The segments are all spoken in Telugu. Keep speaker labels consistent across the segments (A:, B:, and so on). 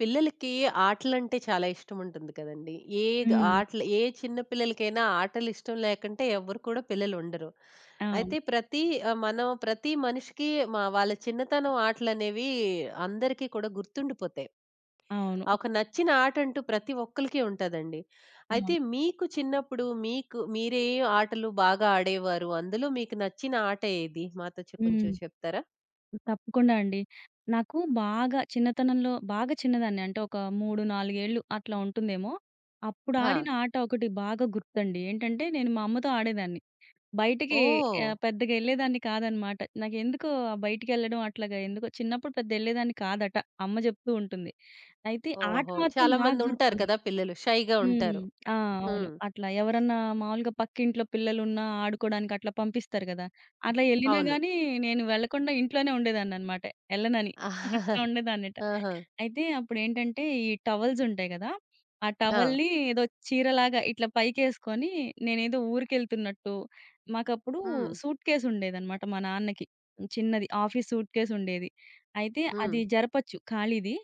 A: పిల్లలకి ఆటలంటే చాలా ఇష్టముంటుంది కదండీ! ఏ గ్
B: హ్మ్.
A: ఆటలు ఏ చిన్న పిల్లలకైనా ఆటలు ఇష్టం లేకుంటే ఎవ్వరు కూడా పిల్లలుండరు.
B: అవును.
A: అయితే ప్రతి ఆహ్, మనం ప్రతి మనిషికి మా వాళ్ళ చిన్నతనం ఆటలనేవి అందరికీ కూడా గుర్తుండిపోతాయి.
B: అవును.
A: ఆ ఒక నచ్చిన ఆటంటూ ప్రతి ఒక్కళ్ళకి ఉంటదండి. అయితే
B: అవును.
A: మీకు చిన్నప్పుడు మీకు మీరే ఆటలు బాగా ఆడేవారు? అందులో మీకు నచ్చిన ఆట ఏది? మాతో కొంచెం
B: హ్మ్.
A: చెప్తారా?
B: తప్పకుండా అండి. నాకు బాగా చిన్నతనంలో బాగా చిన్నదాన్ని అంటే ఒక 3, 4 ఏళ్ళు అట్లా ఉంటుందేమో. అప్పుడు
A: ఆ!
B: ఆడిన ఆట ఒకటి బాగా గుర్తండి. ఏంటంటే నేను మా అమ్మతో ఆడేదాన్ని. బయటికి
A: ఓహ్!
B: పెద్దగా ఎళ్ళేదాన్ని కాదనమాట. నాకెందుకో ఆ బయటికెళ్ళడం అట్లాగా ఎందుకో చిన్నప్పుడు పెద్ద ఎళ్ళేదాన్ని కాదట. అమ్మ జెప్తూ ఉంటుంది. అయితే ఆట
A: ఓహో!
B: మాత్రం
A: చాలా
B: నాకు
A: మందుంటారు
B: గుర్తుంది.
A: కదా, పిల్లలు షైగా
B: హ్మ్.
A: ఉంటారు.
B: ఆ! అవును.
A: హ్మ్.
B: అట్లా ఎవరన్నా మామూలుగా పక్కింట్లో పిల్లలున్నా ఆడుకోవడానికి అట్లా పంపిస్తారు గదా! అట్లా ఎళ్ళినా
A: అవును.
B: గానీ నేను వెళ్ళకుండా ఇంట్లోనే ఉండేదాన్ననమాట. ఎళ్ళనని.
A: ఆహా!
B: అట్లా ఉండేదాన్నిట. అయితే అప్పుడేంటంటే ఈ టవల్స్ ఉంటాయి గదా! ఆ
A: ఆ!
B: టవల్‌ని ఏదో చీరలాగా ఇట్లా పైకేసుకొని నేనేదో ఊరికెళ్తున్నట్టు మాకప్పుడు
A: హ్మ్.
B: సూట్‌కేస్ ఉండేదనమాట మా నాన్నకి. చిన్నది ఆఫీస్ సూట్‌కేస్ ఉండేది. అయితే
A: హ్మ్.
B: అది జరపొచ్చు ఖాళీది.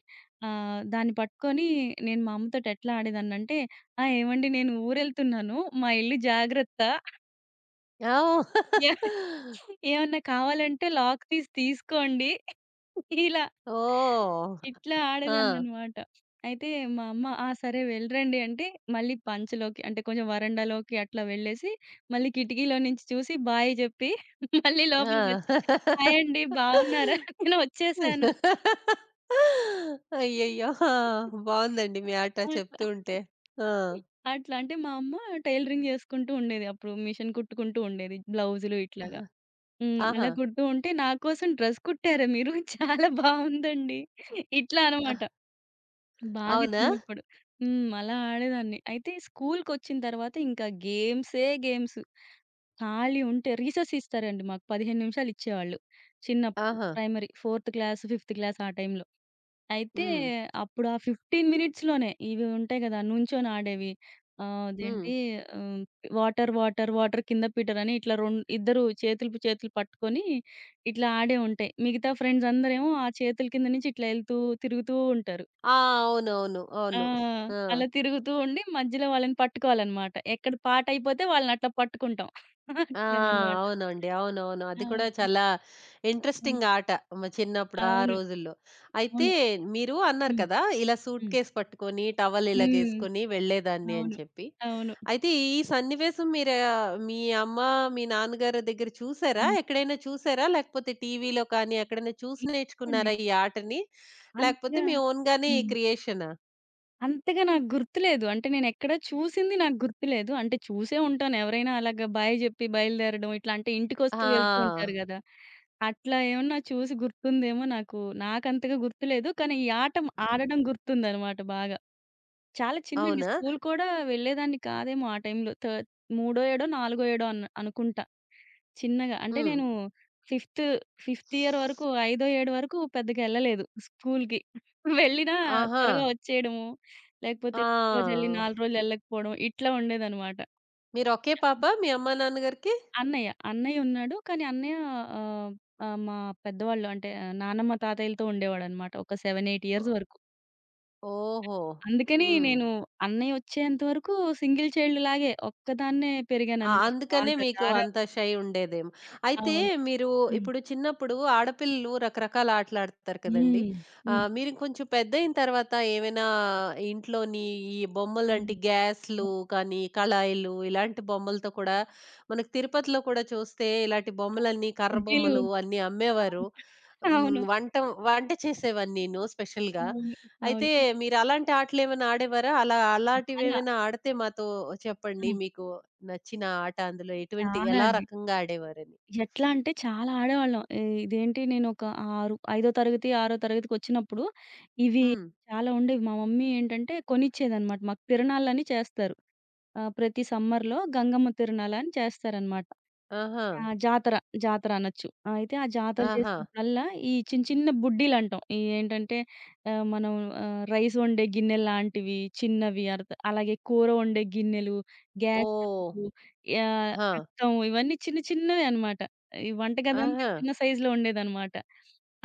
B: దాన్ని పట్టుకొని నేను మా అమ్మతోటి ఎట్లా ఆడేదాన్నంటే ఆ! ఏవండి నేను ఊరెళ్తున్నాను. మా ఇల్లు జాగ్రత్త.
A: ఓహ్!
B: ఎ ఏమన్నా కావాలంటే లాక్ తీసి తీసుకోండి. ఇలా.
A: ఓహ్!
B: ఇట్లా
A: ఆ!
B: ఆడేదాన్ననమాట. అయితే మా అమ్మ "ఆ! సరే వెళ్ళిరండి" అంటే మళ్ళీ పంచలోకి అంటే కొంచెం వరండాలోకి అట్లా వెళ్ళేసి, మళ్ళీ కిటికీలో నుంచి చూసి బాయ్ జెప్పి మళ్ళీ లోపలికొచ్చి
A: ఆ!
B: "హాయ్ అండి బాగున్నారా? నేను వచ్చేసాను."
A: అయ్యయ్యో! ఆ! బావుందండి మీ ఆట
B: అట్లా.
A: చెప్తూ ఉంటే. ఆ!
B: అట్లా అంటే మా అమ్మ టైలరింగ్ జేసుకుంటూ ఉండేది. అప్పుడు మిషన్ కుట్టుకుంటూ ఉండేది. బ్లౌజులు ఇట్లాగా.
A: ఆహా!
B: హ్మ్.
A: ఆహా!
B: అలా కుడుతూ ఉంటే నా కోసం డ్రెస్ కుట్టారా మీరు? చాలా బావుందండి. ఇట్లా అనమాట.
A: ఆహ్,
B: బాగా
A: అవునా?
B: చిన్నప్పుడు. హ్మ్. అలా ఆడేదాన్ని. అయితే స్కూలుకొచ్చిన తర్వాత ఇంకా గేమ్సే గేమ్స్. ఖాళీ ఉంటే రీసెస్ ఇస్తారండి మాకు. 15 నిమిషాలు ఇచ్చేవాళ్ళు చిన్నప్పుడు.
A: ఆహా!
B: ప్రైమరీ 4థ్ క్లాస్, ఫిఫ్త్ క్లాస్ ఆ టైంలో. అయితే
A: హ్మ్.
B: అప్పుడు ఆ 15 మినిట్స్‌లోనే ఇవి ఉంటాయి గదా! నుంచొని ఆడేవి.
A: హ్మ్.
B: అదేంటి ఆహ్, వాటర్, వాటర్, వాటర్ కింద పీటర్ అని ఇట్లా ఇద్దరు చేతులు చేతులు పట్టుకొని ఇట్లా ఆడే ఉంటాయి. మిగతా ఫ్రెండ్స్ అందరేమో ఆ చేతుల కింద నుంచి ఇట్లా ఎళ్తూ తిరుగుతూ ఉంటారు.
A: ఆ! అవునవును.
B: ఆ!
A: అవును. ఆ!
B: అలా తిరుగుతూ ఉండి మధ్యలో వాళ్ళని పట్టుకోవాలన్నమాట. ఎక్కడ పాటయిపోతే వాళ్ళని అట్లా పట్టుకుంటాం.
A: ఆ!
B: అట్లాగనమాట.
A: అవునండి. అవునవును. అది కూడా
B: ఆ!
A: చాలా
B: అవును.
A: ఇంట్రెస్టింగ్ ఆట. మా చిన్నప్పుడు ఆ
B: అవును.
A: రోజుల్లో. అయితే
B: అవును.
A: మీరు అన్నారు
B: హ్మ్.
A: కదా! ఇలా సూట్
B: హ్మ్.
A: కేస్ పట్టుకొని, టవల్
B: హ్మ్.
A: ఇలాగేసుకొని వెళ్ళేదాన్ని అని
B: అవును.
A: చెప్పి.
B: అవును.
A: అయితే ఈ సన్నివేశం మీరు మీ అమ్మ, మీ నాన్నగారి దగ్గర చూసారా?
B: హ్మ్.
A: ఎక్కడైనా చూసారా? లేకపోతే టీవీలో కానీ ఎక్కడైనా చూసి
B: ఏమో అండి.
A: నేర్చుకున్నారా ఈ ఆటని? లేకపోతే
B: అంతగా
A: మీ ఓన్‌గానే
B: హ్మ్. హ్మ్.
A: క్రియేషనా?
B: అంతగా నాకు గుర్తులేదు. అంటే నేనెక్కడ చూసింది నాకు గుర్తులేదు. అంటే చూసే ఉంటాను. ఎవరైనా అలాగా బాయ్ జెప్పి బయలుదేరడం ఇట్లా అంటే ఇంటికొస్తూ వెళ్తూ
A: ఆ!
B: ఉంటారు గదా! అట్లా ఏమన్నా చూసి గుర్తుందేమో నాకు. నాకంతగా గుర్తులేదు. కానీ ఈ ఆట ఆడడం గుర్తుందనమాట బాగా. చాలా చిన్నండి.
A: అవునా?
B: స్కూల్ కూడా వెళ్ళేదాన్ని కాదేమో ఆ టైంలో. థర్డ్ మూడో ఏడో, నాలుగో ఏడో అనుకుంటా. చిన్నగా. అంటే
A: హ్మ్.
B: నేను ఫిఫ్త్, ఫిఫ్త్ ఇయర్ వరకు, ఐదో, ఏడు వరకు పెద్దగా ఎళ్ళలేదు స్కూల్‌కి. వెళ్ళినా
A: ఆహా!
B: త్వరగా వచ్చేయడము, లేకపోతే ఒకరోజెళ్ళి
A: ఆ!
B: 4 రోజులు ఎళ్ళకపోవడం ఇట్లా ఉండేదనమాట.
A: మీరొకే పాపా మీ అమ్మా, నాన్నగారికి?
B: అన్నయ్య ఉన్నాడు. కానీ అన్నయ్య ఆహ్, ఆహ్, మా పెద్దవాళ్ళు అంటే ఆ, నానమ్మ, తాతయ్యలతో ఉండేవాడనమాట. ఒక 7, 8 ఇయర్స్ వరకు.
A: ఓహో!
B: అందుకని
A: హ్మ్.
B: నేను అన్నయ్య వచ్చేంత వరకు సింగిల్ చైల్డ్ లాగే ఒక్కదాన్నే
A: ఆ!
B: పెరిగాననమాట.
A: అందుకనే
B: బాగా
A: మీకు అంత
B: గారాబం.
A: షై ఉండేదేమో. అయితే
B: అవును.
A: మీరు
B: హ్మ్.
A: ఇప్పుడు చిన్నప్పుడు ఆడపిల్లలు రకరకాల ఆటలాడతారు కదండీ!
B: హ్మ్. హ్మ్.
A: మీరు కొంచెం పెద్దయిన తర్వాత ఏమైనా ఇంట్లోని ఈ
B: అవును.
A: బొమ్మలాంటి గ్యాస్‌లు
B: అవును.
A: కానీ, కళాయిలు ఇలాంటి బొమ్మలతో కూడా మనకు తిరుపతిలో కూడా చూస్తే ఇలాంటి
B: అవును.
A: బొమ్మలన్నీ కర్ర
B: బుడ్డీలు.
A: బొమ్మలు అన్నీ అమ్మేవారు.
B: అవును.
A: హ్మ్.
B: అవును.
A: వంట వంట చేసేవారు నేను స్పెషల్‌గా.
B: అవును.
A: అయితే
B: అవును.
A: మీరలాంటి ఆటలేమైనా ఆడేవారా?
B: చాలా.
A: అలాంటివేమైనా ఆడితే మాతో
B: ఆ!
A: చెప్పండి. మీకు నచ్చిన ఆట అందులో
B: చాలా
A: ఎలా
B: అండి.
A: రకంగా ఆడేవారని?
B: ఎట్లా అంటే చాలా ఆడేవాళ్ళం. ఇదేంటి నేనొక 6 ఐదో తరగతి, ఆరో తరగతికొచ్చినప్పుడు ఇవి
A: హ్మ్.
B: చాలా ఉండేవి. మా మమ్మీ ఏంటంటే కొనిచ్చేదనమాట. మాకు తిరణాలని చేస్తారు. ప్రతి సమ్మర్‌లో గంగమ్మ తిరణాలని చేస్తారనమాట.
A: ఆహా!
B: ఆ! జాతర. జాతర అనొచ్చు. అయితే ఆ జాతర
A: ఆహా!
B: చేసినప్పుడల్లా ఈ చిన్న చిన్న బుడ్డీలంటాం. ఈ ఏంటంటే మనం రైస్ వండే గిన్నెల్లాంటివి చిన్నవి అర్ద అలాగే కూర వండే గిన్నెలు, గ్యాస్
A: ఓహ్!
B: స్టవ్వు,
A: ఆ!
B: హస్తం ఇవన్నీ చిన్న చిన్నవి అనమాట. ఈ వంటగదంతా
A: ఆహా!
B: చిన్న సైజులో ఉండేదనమాట.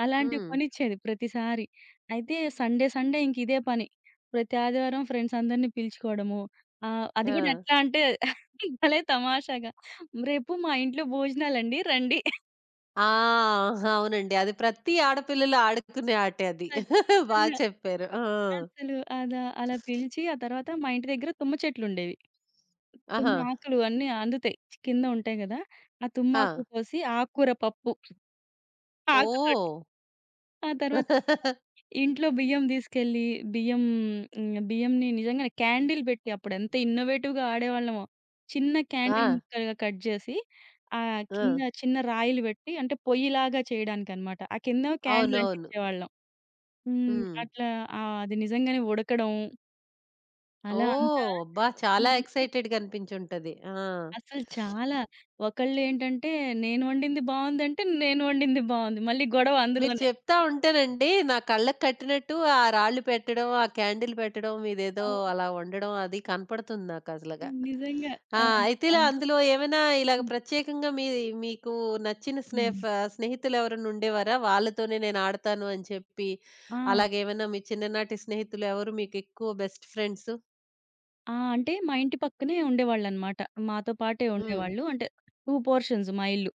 B: అలాంటివి
A: హ్మ్.
B: కొనిచ్చేది ప్రతిసారి. అయితే సండే సండే ఇంక ఇదే పని. ప్రతి ఆదివారం ఫ్రెండ్స్ అందరిని పిలుచుకోవడము. అది గూడా
A: ఆ!
B: ఎట్లా అంటే భలే తమాషాగా రేపు మా ఇంట్లో భోజనాలండి రండి.
A: ఆ! అవునండి. అది ప్రతి ఆడపిల్లలు ఆడుకునే ఆటే అది.
B: ఖచ్చితంగా.
A: చెప్పారు. ఆ!
B: అసలు అదా అలా పిలిచి, ఆ తర్వాత మా ఇంటి దగ్గర తుమ్మ చెట్లుండేవి. తుమ్మ
A: ఆహా!
B: ఆకులు అన్నీ అందుతాయి. కింద ఉంటాయి గదా! ఆ
A: ఆ!
B: తుమ్మాకులు కోసి ఆకుకూర పప్పు ఆకుతోటి.
A: ఓహ్!
B: ఆ తర్వాత బియ్యం ఇంట్లో బియ్యం తీసుకెళ్ళి, బియ్యం బియ్యంని నిజంగానే క్యాండిల్ పెట్టి అప్పుడెంత ఇన్నోవేటివ్‌గా ఆడేవాళ్ళమో. చిన్న
A: ఆ!
B: క్యాండిల్ ముక్కలుగా కట్ చేసి, ఆ
A: ఆ!
B: కింద చిన్న రాయిలు పెట్టి అంటే పొయ్యిలాగా చేయడానికనమాట. ఆ కింద క్యాండిల్
A: అవునవును.
B: అంటించేవాళ్ళం. హ్మ్.
A: హ్మ్.
B: అట్లా అది నిజంగానే ఉడకడం అలా అంతా
A: ఓహ్! అబ్బా! చాలా
B: హ్మ్.
A: ఎక్సైటెడ్‌గా అనిపించుంటది. ఆ!
B: అసలు చాలా ఒకళ్ళేంటంటే నేను వండింది బావుందంటే, నేను వండింది బావుంది. మళ్ళీ గొడవ
A: మీరు
B: అందులోనే.
A: చెప్తా ఉంటేనండి నా కళ్ళకి కట్టినట్టు ఆ రాళ్ళు పెట్టడం, ఆ క్యాండిల్ పెట్టడం, మీదేదో
B: అవును.
A: అలా వండడం అది కనపడుతుంది నాకసలుగా.
B: నిజంగా.
A: ఆ!
B: ఆ!
A: అయితే ఇలా
B: వాళ్ళు
A: అందులో ఏమైనా ఇలాగ
B: హ్మ్.
A: ప్రత్యేకంగా మీకు నచ్చిన
B: హ్మ్.
A: స్నేహితులెవరైనా ఉండేవారా? వాళ్ళతోనే నేను ఆడతాను అని చెప్పి,
B: ఆ!
A: అలాగేమైనా మీ చిన్ననాటి స్నేహితులు ఎవరు మీకెక్కువ బెస్ట్ ఫ్రెండ్సు?
B: ఆ! అంటే మా ఇంటి పక్కనే ఉండేవాళ్ళనమాట. మాతో పాటే
A: హ్మ్.
B: ఉండేవాళ్ళు. అంటే 2 పోర్షన్స్ మా ఇల్లు.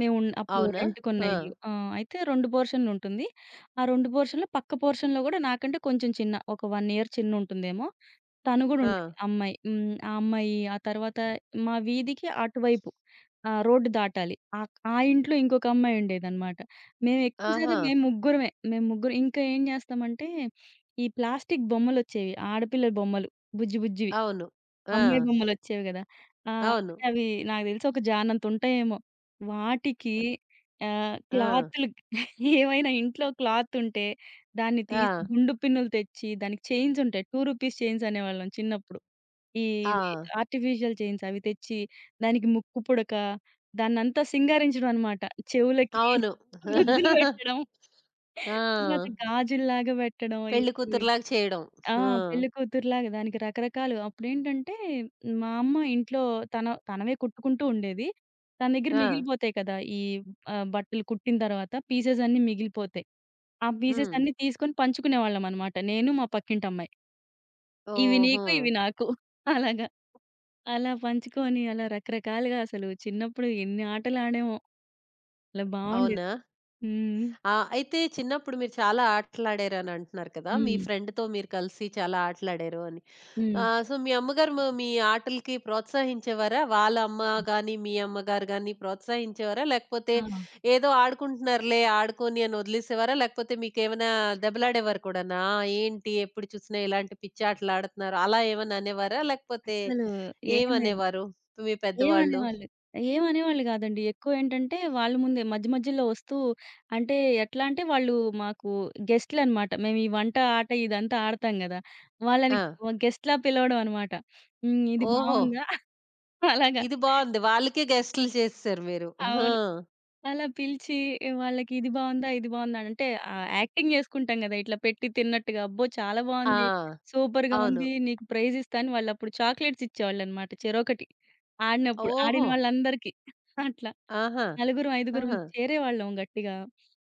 B: మేము అప్పుడు
A: అవునా?
B: రెంట్‌కున్న
A: ఆ!
B: ఇల్లు. ఆ! అయితే 2 పోర్షన్లుంటుంది. ఆ 2 పోర్షన్‌లో పక్క పోర్షన్‌లో గూడా నాకంటే కొంచెం చిన్న ఒక 1 ఇయర్ చిన్నుంటుందేమో. తను గూడా
A: ఆ!
B: ఉండేది అమ్మాయి. హ్మ్. ఆ అమ్మాయి, ఆ తర్వాత మా వీధికి అటువైపు రోడ్డు దాటాలి. ఆ ఇంట్లో ఇంకొక అమ్మాయి ఉండేదనమాట. మేము ఎక్కువ
A: ఆహా!
B: శాతం మేము ముగ్గురమే. మేము ముగ్గురం ఇంకా ఏం జేస్తామంటే, ఈ ప్లాస్టిక్ బొమ్మలొచ్చేవి. ఆడపిల్లల బొమ్మలు బుజ్జి బుజ్జివి.
A: అవును. ఆ!
B: అమ్మాయి బొమ్మలొచ్చేవి గదా!
A: అవును.
B: అంటే అవి నాకు దెలిసి ఒక జానంతుంటాయేమో. వాటికి
A: ఆ!
B: క్లాతులు ఏవైనా ఇంట్లో క్లాతుంటే దాన్ని
A: ఆ!
B: తీసి గుండు పిన్నులు తెచ్చి దానికి చైన్సుంటాయి. 2 రూపీస్ చైన్స్ అనేవాళ్ళం చిన్నప్పుడు.
A: ఆ!
B: ఇవి ఆర్టిఫిషియల్ చైన్స్ అవి తెచ్చి దానికి ముక్కు పుడక, దాన్నంతా సింగారించడం అన్నమాట. చెవులకి
A: అవును.
B: గుద్దులు పెట్టడం, తర్వాత
A: ఆ!
B: గాజుల్లాగా పెట్టడం. అయ్యో!
A: పెళ్లి కూతురులాగా చేయడం.
B: ఆ!
A: ఆ!
B: పెళ్ళికూతురులాగా దానికి రకరకాలు అప్పుడేంటంటే, మా అమ్మ ఇంట్లో తనవే కుట్టుకుంటూ ఉండేది. తన దగ్గర
A: ఆ!
B: మిగిలిపోతాయి కదా! ఈ బట్టలు కుట్టిన తర్వాత పీసెస్ అన్నీ మిగిలిపోతాయి. ఆ పీసెస్
A: హ్మ్.
B: అన్నీ తీసుకొని పంచుకునేవాళ్ళమనమాట. నేను, మా పక్కింటమ్మాయి. ఇవి
A: ఓహో!
B: నీకు, ఇవి నాకు అలాగా. అలా పంచుకొని అలా రకరకాలుగా అసలు చిన్నప్పుడు ఎన్ని ఆటలాడామో. అలా బావుండేది.
A: అవునా?
B: హ్మ్.
A: ఆ! అయితే చిన్నప్పుడు మీరు చాలా ఆటలాడారని అంటున్నారు కదా! మీ
B: హ్మ్.
A: ఫ్రెండ్‌తో మీరు కలిసి చాలా ఆటలాడారు అని.
B: హ్మ్.
A: మీ అమ్మగారు మీ ఆటలకి ప్రోత్సహించేవారా? వాళ్ళ అమ్మ
B: హ్మ్.
A: గాని, మీ అమ్మగారు గాని ప్రోత్సహించేవారా? లేకపోతే
B: ఆ!
A: ఏదో ఆడుకుంటున్నారులే ఆడుకోని అని వదిలేసేవారా? లేకపోతే మీకేమైనా దెబ్బలాడేవారు కూడానా? ఏంటి ఎప్పుడు చూసినా ఇలాంటి పిచ్చి ఆటలు ఆడుతున్నారు అలా ఏమన్నా అనేవారా? లేకపోతే
B: అస్సలు ఏం లేదు.
A: ఏమనేవారు మీ పెద్దవాళ్ళు?
B: ఏమనేవాళ్ళు. ఏమనేవాళ్ళు గాదండి. ఎక్కువేంటంటే వాళ్ళ ముందే మధ్య మధ్యలో వస్తూ అంటే ఎట్లా అంటే వాళ్ళు మాకు గెస్ట్‌లనమాట. మేము ఈ వంట ఆట ఇదంతా ఆడతాం గదా! వాళ్ళని
A: ఆ!
B: గెస్ట్‌లా పిలవడం అనమాట. హ్మ్. ఇది
A: ఓహో!
B: బావుందా? అలాగా.
A: ఇది బావుంది. వాళ్ళకే గెస్టులు చేసేసారు మీరు. ఆ!
B: అవును. అలా పిలిచి వాళ్ళకి ఇది బావుందా? ఇది బావుందా? అంటే యాక్టింగ్ జేసుకుంటాం గదా! ఇట్లా పెట్టి తిన్నట్టుగా. అబ్బో! చాలా బావుంది.
A: ఆ!
B: సూపర్‌గా
A: అవును.
B: ఉంది. నీకు ప్రైజ్ ఇస్తా అని వాళ్ళప్పుడు చాక్లేట్స్ ఇచ్చేవాళ్ళనమాట చెరొకటి. ఆడినప్పుడు ఆడిన
A: ఓహో!
B: వాళ్ళందరికీ. అట్లా.
A: ఆహా!
B: నలుగురం, ఐదుగురం
A: ఆహా!
B: చేరేవాళ్ళం గట్టిగా.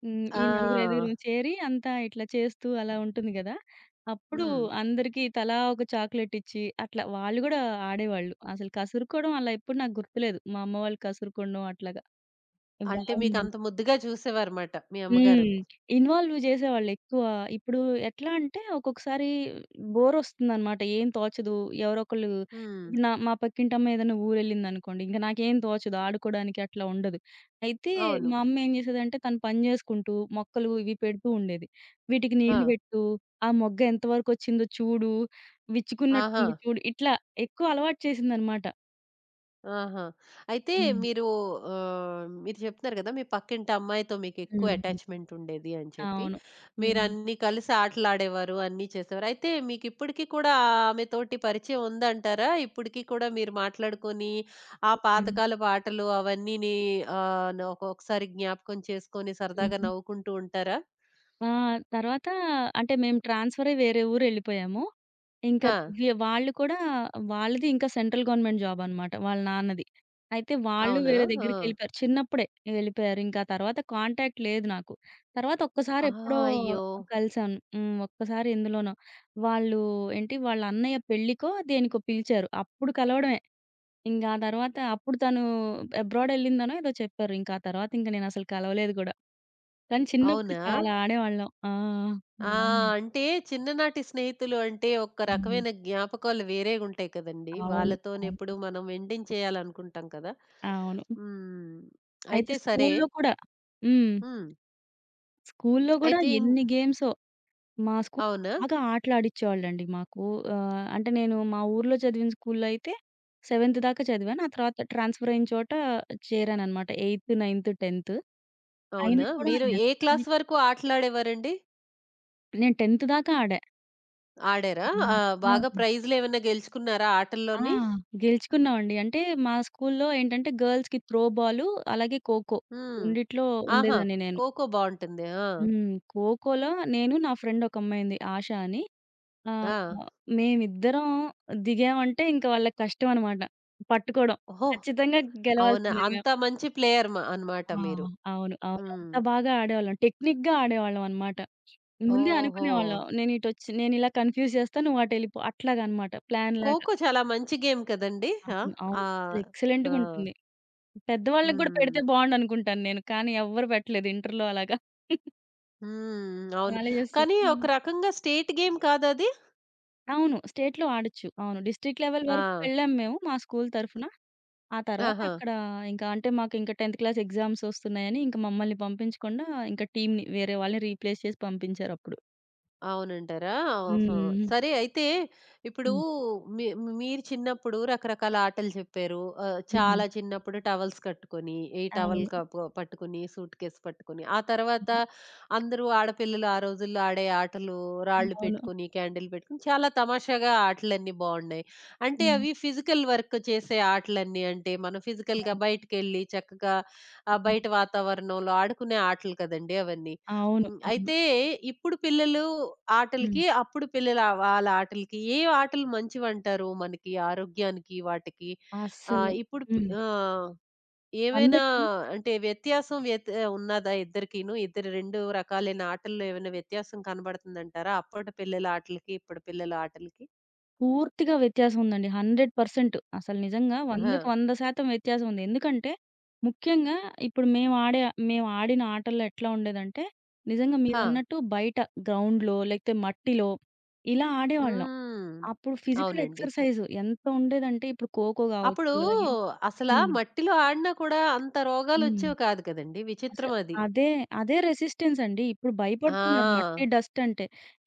B: హ్మ్. ఈ నలుగురు,
A: ఆ!
B: ఐదుగురం చేరి అంతా ఇట్లా చేస్తూ అలా ఉంటుంది గదా! అప్పుడు
A: హ్మ్.
B: అందరికీ తలా ఒక చాక్లెట్ ఇచ్చి, అట్లా వాళ్ళు గూడా ఆడేవాళ్ళు. అసలు కసురుకోవడం అలా ఎప్పుడు నాకు గుర్తులేదు. మా అమ్మ వాళ్ళు కసురుకోవడం అట్లాగా
A: అంటే
B: బాగుండేది.
A: మీకంత ముద్దుగా చూసేవారమాట మీ అమ్మగారు.
B: హ్మ్. ఇన్వాల్వ్ జేసేవాళ్ళెక్కువ. ఇప్పుడు ఎట్లా అంటే ఒక్కొక్కసారి బోరొస్తుందనమాట. ఏం తోచదు. ఎవరోకళ్ళు
A: హ్మ్.
B: ఇప్పుడు మా పక్కింటమ్మాయి ఏదైనా ఊరెళ్ళిందనుకోండి, ఇంక నాకేం తోచదు ఆడుకోడానికి అట్లా ఉండదు. అయితే
A: అవును.
B: మా అమ్మ ఏం జేసేదంటే తను పని జేసుకుంటూ మొక్కలు ఇవి పెడుతూ ఉండేది. "వీటికి నీళ్లు
A: ఆ!
B: పెట్టు, ఆ మొగ్గ ఎంతవరకొచ్చిందో చూడు,
A: ఆహా!
B: విచ్చుకున్నట్టుంది చూడు" ఇట్లా ఎక్కువ అలవాటు చేసిందనమాట.
A: ఆహా! అయితే
B: హ్మ్.
A: మీరు మీరు చెప్తున్నారు గదా! మీ పక్కింటి అమ్మాయితో మీకెక్కువ
B: హ్మ్.
A: అటాచ్‌మెంట్ ఉండేది అని చెప్పి.
B: అవును. హ్మ్.
A: మీరన్నీ కలిసి ఆటలాడేవారు, అన్నీ చేసేవారు. అయితే మీకిప్పటికి కూడా ఆమెతోటి పరిచయం ఉందంటారా? ఇప్పటికి కూడా మీరు మాట్లాడుకొని, ఆ
B: హ్మ్.
A: పాతకాలపు ఆటలు అవన్నీని ఆహ్, న ఒక్కొక్కసారి జ్ఞాపకం చేసుకొని సరదాగా
B: హ్మ్.
A: నవ్వుకుంటూ ఉంటారా?
B: ఆ! తర్వాత అంటే మేము ట్రాన్స్‌ఫరై వేరే ఊరెళ్ళిపోయాము. ఇంకా
A: ఆ!
B: వాళ్ళు కూడా వాళ్ళది ఇంకా సెంట్రల్ గవర్నమెంట్ జాబనమాట వాళ్ళ నాన్నది. అయితే వాళ్ళు
A: అవునా?
B: వేరే
A: ఆ!
B: దగ్గరికెళ్ళిపోయారు. చిన్నప్పుడే వెళ్ళిపోయారు. ఇంకా తర్వాత కాంటాక్ట్ లేదు నాకు. తర్వాత ఒక్కసారి
A: ఆహా!
B: ఎప్పుడో
A: అయ్యో!
B: ఓహ్! కలిసాను. హ్మ్. ఒక్కసారి ఎందులోనో. వాళ్ళు ఏంటి వాళ్ళ అన్నయ్య పెళ్ళికో, దేనికో పిలిచారు. అప్పుడు కలవడమే. ఇంక ఆ తర్వాత అప్పుడు తను అబ్రాడ్ ఎళ్ళిందనో ఏదో చెప్పారు. ఇంకా ఆ తర్వాత ఇంక నేనసలు కలవలేదు గూడా. కానీ చిన్నప్పుడు
A: అవునా?
B: చాలా ఆడేవాళ్ళం. ఆ!
A: ఆ!
B: హ్మ్.
A: అంటే చిన్ననాటి స్నేహితులు అంటే ఒక
B: హ్మ్.
A: రకమైన జ్ఞాపకాలు వేరేగుంటాయి కదండీ.
B: అవును. అవును.
A: వాళ్ళతోనెప్పుడు మనం ఎండింగ్ చేయాలనుకుంటాం కదా!
B: అవును.
A: హ్మ్.
B: అయితే
A: అయితే సరే.
B: స్కూలులో కూడా హ్మ్.
A: హ్మ్.
B: స్కూలులో గూడా
A: అయితే ఇం
B: ఎన్ని గేమ్సో మా స్కూల్
A: అవునా?
B: బాగా ఆటలాడిచ్చేవాళ్ళండి మాకు. అంటే నేను మా ఊర్లో చదివిన స్కూలులో అయితే 7థ్ దాకా చదివాను. ఆ తర్వాత ట్రాన్స్‌ఫర్ అయిన చోట చేరాననమాట. 8, 9, 10థ్ అయినా
A: అవునా?
B: కూడా
A: మీరు
B: ఎంత
A: ఏ క్లాస్
B: ఆడిచ్చి
A: వరకు ఆటలాడేవారండి?
B: నేను 10థ్ దాకా ఆడా.
A: ఆడారా?
B: బాగా.
A: ఆ!
B: ఆ!
A: బాగా ప్రైజ్‌లేమన్నా గెలుచుకున్నారా
B: ఆ!
A: ఆటల్లోని?
B: గెలుచుకున్నామండి. అంటే మా స్కూల్లో ఏంటంటే గర్ల్స్‌కి త్రో బాలు, అలాగే ఖోఖో
A: హ్మ్.
B: రెండిట్లో
A: ఆహా!
B: ఉండేదాన్ని నేను.
A: ఖోఖో బావుంటుంది. ఆ!
B: హ్మ్. ఖోఖోలో నేను నా ఫ్రెండ్ ఒక అమ్మాయి ఉంది ఆష అని. ఆహ్,
A: ఆ!
B: మేమిద్దరం దిగామంటే ఇంక వాళ్ళకి కష్టం అనమాట పట్టుకోవడం.
A: ఓహో!
B: ఖచ్చితంగా
A: అవునా?
B: గెలవాల్సిందే మేము.
A: అంత మంచి ప్లేయర్ అన్నమాట
B: ఆ!
A: మీరు.
B: అవును. అవును.
A: హ్మ్.
B: అంత బాగా ఆడేవాళ్ళం. టెక్నిక్‌గా ఆడేవాళ్ళం అనమాట. ముందే
A: ఓహో!
B: అనుకునేవాళ్ళం. నేను ఇటొచ్చి నేనిలా కన్‌ఫ్యూజ్ చేస్తా, నువ్వు అటెళ్ళిపో అట్లాగనమాట ప్లాన్‌లాగా.
A: ఖోఖో చాలా మంచి గేమ్ కదండీ! ఆ!
B: అవును. అవును. అసలు
A: ఆహ్, ఆ!
B: ఎక్సలెంట్‌గుంటుంది. పెద్దవాళ్ళకి గూడా
A: హ్మ్.
B: పెడితే బావుండనుకుంటాను నేను. కానీ ఎవ్వరు పెట్టలేదు ఇంటర్‌లో అలాగా.
A: హ్మ్. అవును.
B: కాలేజెస్
A: కానీ
B: హ్మ్.
A: ఒక రకంగా స్టేట్ గేమ్ కాదా అది?
B: అవును. స్టేట్‌లో ఆడొచ్చు. అవును. డిస్ట్రిక్ట్ లెవెల్ వరకు
A: ఆ!
B: వెళ్ళాం మేము మా స్కూల్ తరఫున. ఆ తర్వాత
A: ఆహా!
B: అక్కడ ఇంకా అంటే మాకింకా 10థ్ క్లాస్ ఎగ్జామ్స్ వస్తున్నాయని ఇంక మమ్మల్ని పంపించకుండా ఇంకా టీమ్‌ని వేరే వాళ్ళని రీప్లేస్ చేసి పంపించారప్పుడు.
A: అవునంటారా? ఆహా!
B: హ్మ్.
A: సరే అయితే ఇప్పుడు
B: హ్మ్.
A: మీ మీరు చిన్నప్పుడు రకరకాల ఆటలు చెప్పారు. ఆహ్,
B: హ్మ్.
A: చాలా చిన్నప్పుడు టవల్స్ కట్టుకొని, ఈ టవల్
B: అవును.
A: కప్ పట్టుకొని, సూట్ కేస్ పట్టుకొని, ఆ తర్వాత
B: హ్మ్.
A: అందరూ ఆడపిల్లలు ఆ రోజుల్లో ఆడే ఆటలు రాళ్ళు
B: అవును.
A: పెట్టుకొని, క్యాండిల్ పెట్టుకొని చాలా తమాషాగా ఆటలన్నీ బావున్నాయి. అంటే
B: హ్మ్.
A: అవి ఫిజికల్ వర్క్ చేసే ఆటలన్నీ అంటే మనం ఫిజికల్‌గా
B: అవును.
A: బయటికెళ్ళి చక్కగా
B: హ్మ్.
A: బయట వాతావరణంలో ఆడుకునే ఆటలు కదండీ అవన్నీ.
B: అవును.
A: హ్మ్.
B: అవును.
A: అయితే ఇప్పుడు పిల్లలు
B: హ్మ్.
A: ఆటలకి, అప్పుడు పిల్లలు వాళ్ళ ఆటలకి ఏ ఆటలు మంచివంటారు మనకి ఆరోగ్యానికి వాటికి?
B: అస్సలు.
A: ఆహ్, ఇప్పుడు పి
B: హ్మ్.
A: ఆహ్, ఏమైనా
B: 100కి
A: అంటే వ్యత్యాసం వ్యత్ ఉన్నదా ఇద్దరికిను? ఇద్దరు 2 రకాలైన ఆటల్లో ఏమైనా వ్యత్యాసం కనబడుతుందంటారా? అప్పటి పిల్లల ఆటలకి, ఇప్పుడు పిల్లల ఆటలకి?
B: పూర్తిగా వ్యత్యాసం ఉందండి. 100% అసలు నిజంగా హ్మ్.
A: ఆహా!
B: 100కి 100% వ్యత్యాసం ఉంది. ఎందుకంటే ముఖ్యంగా ఇప్పుడు మేము ఆడిన ఆటల్లో ఎట్లా ఉండేదంటే, నిజంగా
A: హా!
B: మీరన్నట్టు బయట గ్రౌండ్‌లో లేకపోతే మట్టిలో ఇలా హ్మ్. ఆడేవాళ్ళం.
A: హ్మ్.
B: అప్పుడు ఫిజికల్
A: అవునండి.
B: ఎక్సర్‌సైజ్ ఎంత ఉండేదంటే ఇప్పుడు ఖోఖో కావచ్చు
A: అప్పుడు
B: అలాగే
A: అసలా
B: హ్మ్.
A: మట్టిలో ఆడినా కూడా అంత
B: హ్మ్.
A: రోగాలొచ్చేవి కాదు కదండీ!
B: అసలు
A: విచిత్రం అది.
B: అదే, అదే రెసిస్టెన్స్ అండి. ఇప్పుడు భయపడుతున్నారు మట్టి,
A: ఆ!
B: డస్ట్ అంటే.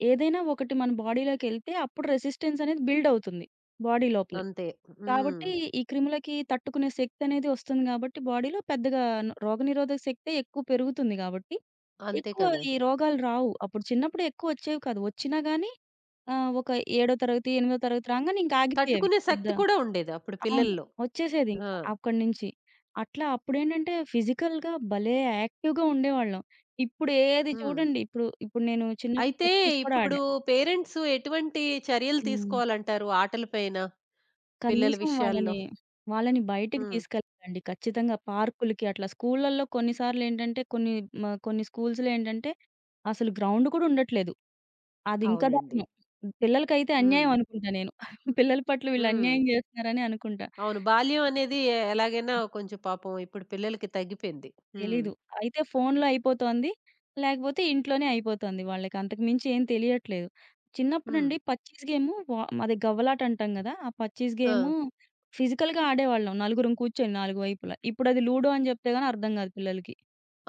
B: ఏదైనా ఒకటి మన బాడీలోకెళ్తే అప్పుడు రెసిస్టెన్స్ అనేది బిల్డ్ అవుతుంది బాడీ లోపల.
A: అంతే. హ్మ్.
B: కాబట్టి ఈ క్రిములకి తట్టుకునే శక్తనేది వస్తుంది గాబట్టి, బాడీలో పెద్దగా రోగనిరోధక శక్తే ఎక్కువ పెరుగుతుంది గాబట్టి,
A: అంతే
B: ఎక్కువ
A: కదండీ.
B: ఈ రోగాలు రావు. అప్పుడు చిన్నప్పుడు ఎక్కువొచ్చేవి కాదు. వచ్చినా గానీ ఒక ఏడో తరగతి, ఎనిమిదో తరగతి రాంగానే ఇంక ఆగిపోయేవి.
A: తట్టుకునే
B: పెద్ద
A: శక్తి కూడా ఉండేది అప్పుడు
B: అవును.
A: పిల్లల్లో.
B: వచ్చేసేదింక
A: ఆ!
B: అక్కడి నుంచి. అట్లా అప్పుడేంటంటే ఫిజికల్‌గా భలే యాక్టివ్‌గా ఉండేవాళ్ళం. ఇప్పుడు ఏది
A: హ్మ్.
B: చూడండి ఇప్పుడు ఇప్పుడు నేను చిన్నప్పుడు
A: అయితే
B: 'పచ్చీస్' కూడా
A: ఇప్పుడు
B: ఆడా.
A: పేరెంట్స్ ఎటువంటి చర్యలు
B: హ్మ్.
A: తీసుకోవాలంటారు ఆటల పైన పిల్లల
B: కనీసం
A: విషయాల్లో?
B: వాళ్ళని బయటికి
A: హ్మ్.
B: తీసుకెళ్ళాలండి ఖచ్చితంగా. పార్కులకి అట్లా స్కూళ్ళల్లో కొన్నిసార్లేంటంటే కొన్ని కొన్ని స్కూల్స్‌లో ఏంటంటే అసలు గ్రౌండ్ కూడా ఉండట్లేదు. అది ఇంకా
A: అవునండి.
B: దారుణం. పిల్లలకైతే అన్యాయం
A: హ్మ్.
B: అనుకుంటా నేను. పిల్లల పట్ల వీళ్ళు
A: హ్మ్.
B: అన్యాయం జేస్తున్నారని అనుకుంటా.
A: అవును. బాల్యం అనేది ఎలాగైనా కొంచెం పాపం ఇప్పుడు పిల్లలకి తగ్గిపోయింది. హ్మ్.
B: తెలీదు. అయితే ఫోన్‌లో అయిపోతోంది. లేకపోతే ఇంట్లోనే అయిపోతోంది వాళ్ళకి. అంతకు మించి ఏం తెలియట్లేదు. చిన్నప్పుడు
A: హ్మ్.
B: నుండి పచ్చీస్ గేము మాది గవ్వలాట అంటాం గదా! ఆ పచ్చీస్
A: ఆ!
B: గేము ఫిజికల్‌గా ఆడేవాళ్ళం నలుగురం కూర్చొని నాలుగు వైపులా. ఇప్పుడది లూడో అని జెప్తే గాని అర్థం గాదు పిల్లలకి.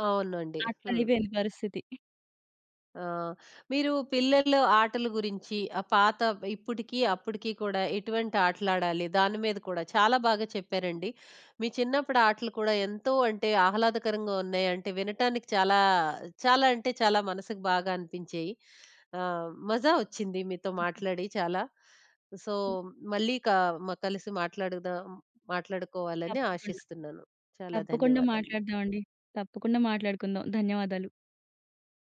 A: అవునండి.
B: అట్లా
A: హ్మ్.
B: అయిపోయింది పరిస్థితి.
A: ఆ! మీరు పిల్లలు ఆటల గురించి ఆ పాత ఇప్పటికి, అప్పటికి కూడా ఎటువంటి ఆటలాడాలి? దాని మీద కూడా చాలా బాగా చెప్పారండి. మీ చిన్నప్పుడు ఆటలు కూడా ఎంతో అంటే ఆహ్లాదకరంగా ఉన్నాయి. అంటే వినటానికి చాలా, చాలా అంటే చాలా మనసుకు బాగా అనిపించాయి. మజా వచ్చింది మీతో మాట్లాడి చాలా. సో, మళ్ళీ క మ కలిసి మాట్లాడుకోవాలని
B: తప్పకుండా.
A: ఆశిస్తున్నాను. చాలా
B: తప్పకుండా
A: ధన్యవాదాలు మీకు.
B: మాట్లాడదామండి. తప్పకుండా మాట్లాడుకుందాం. ధన్యవాదాలు.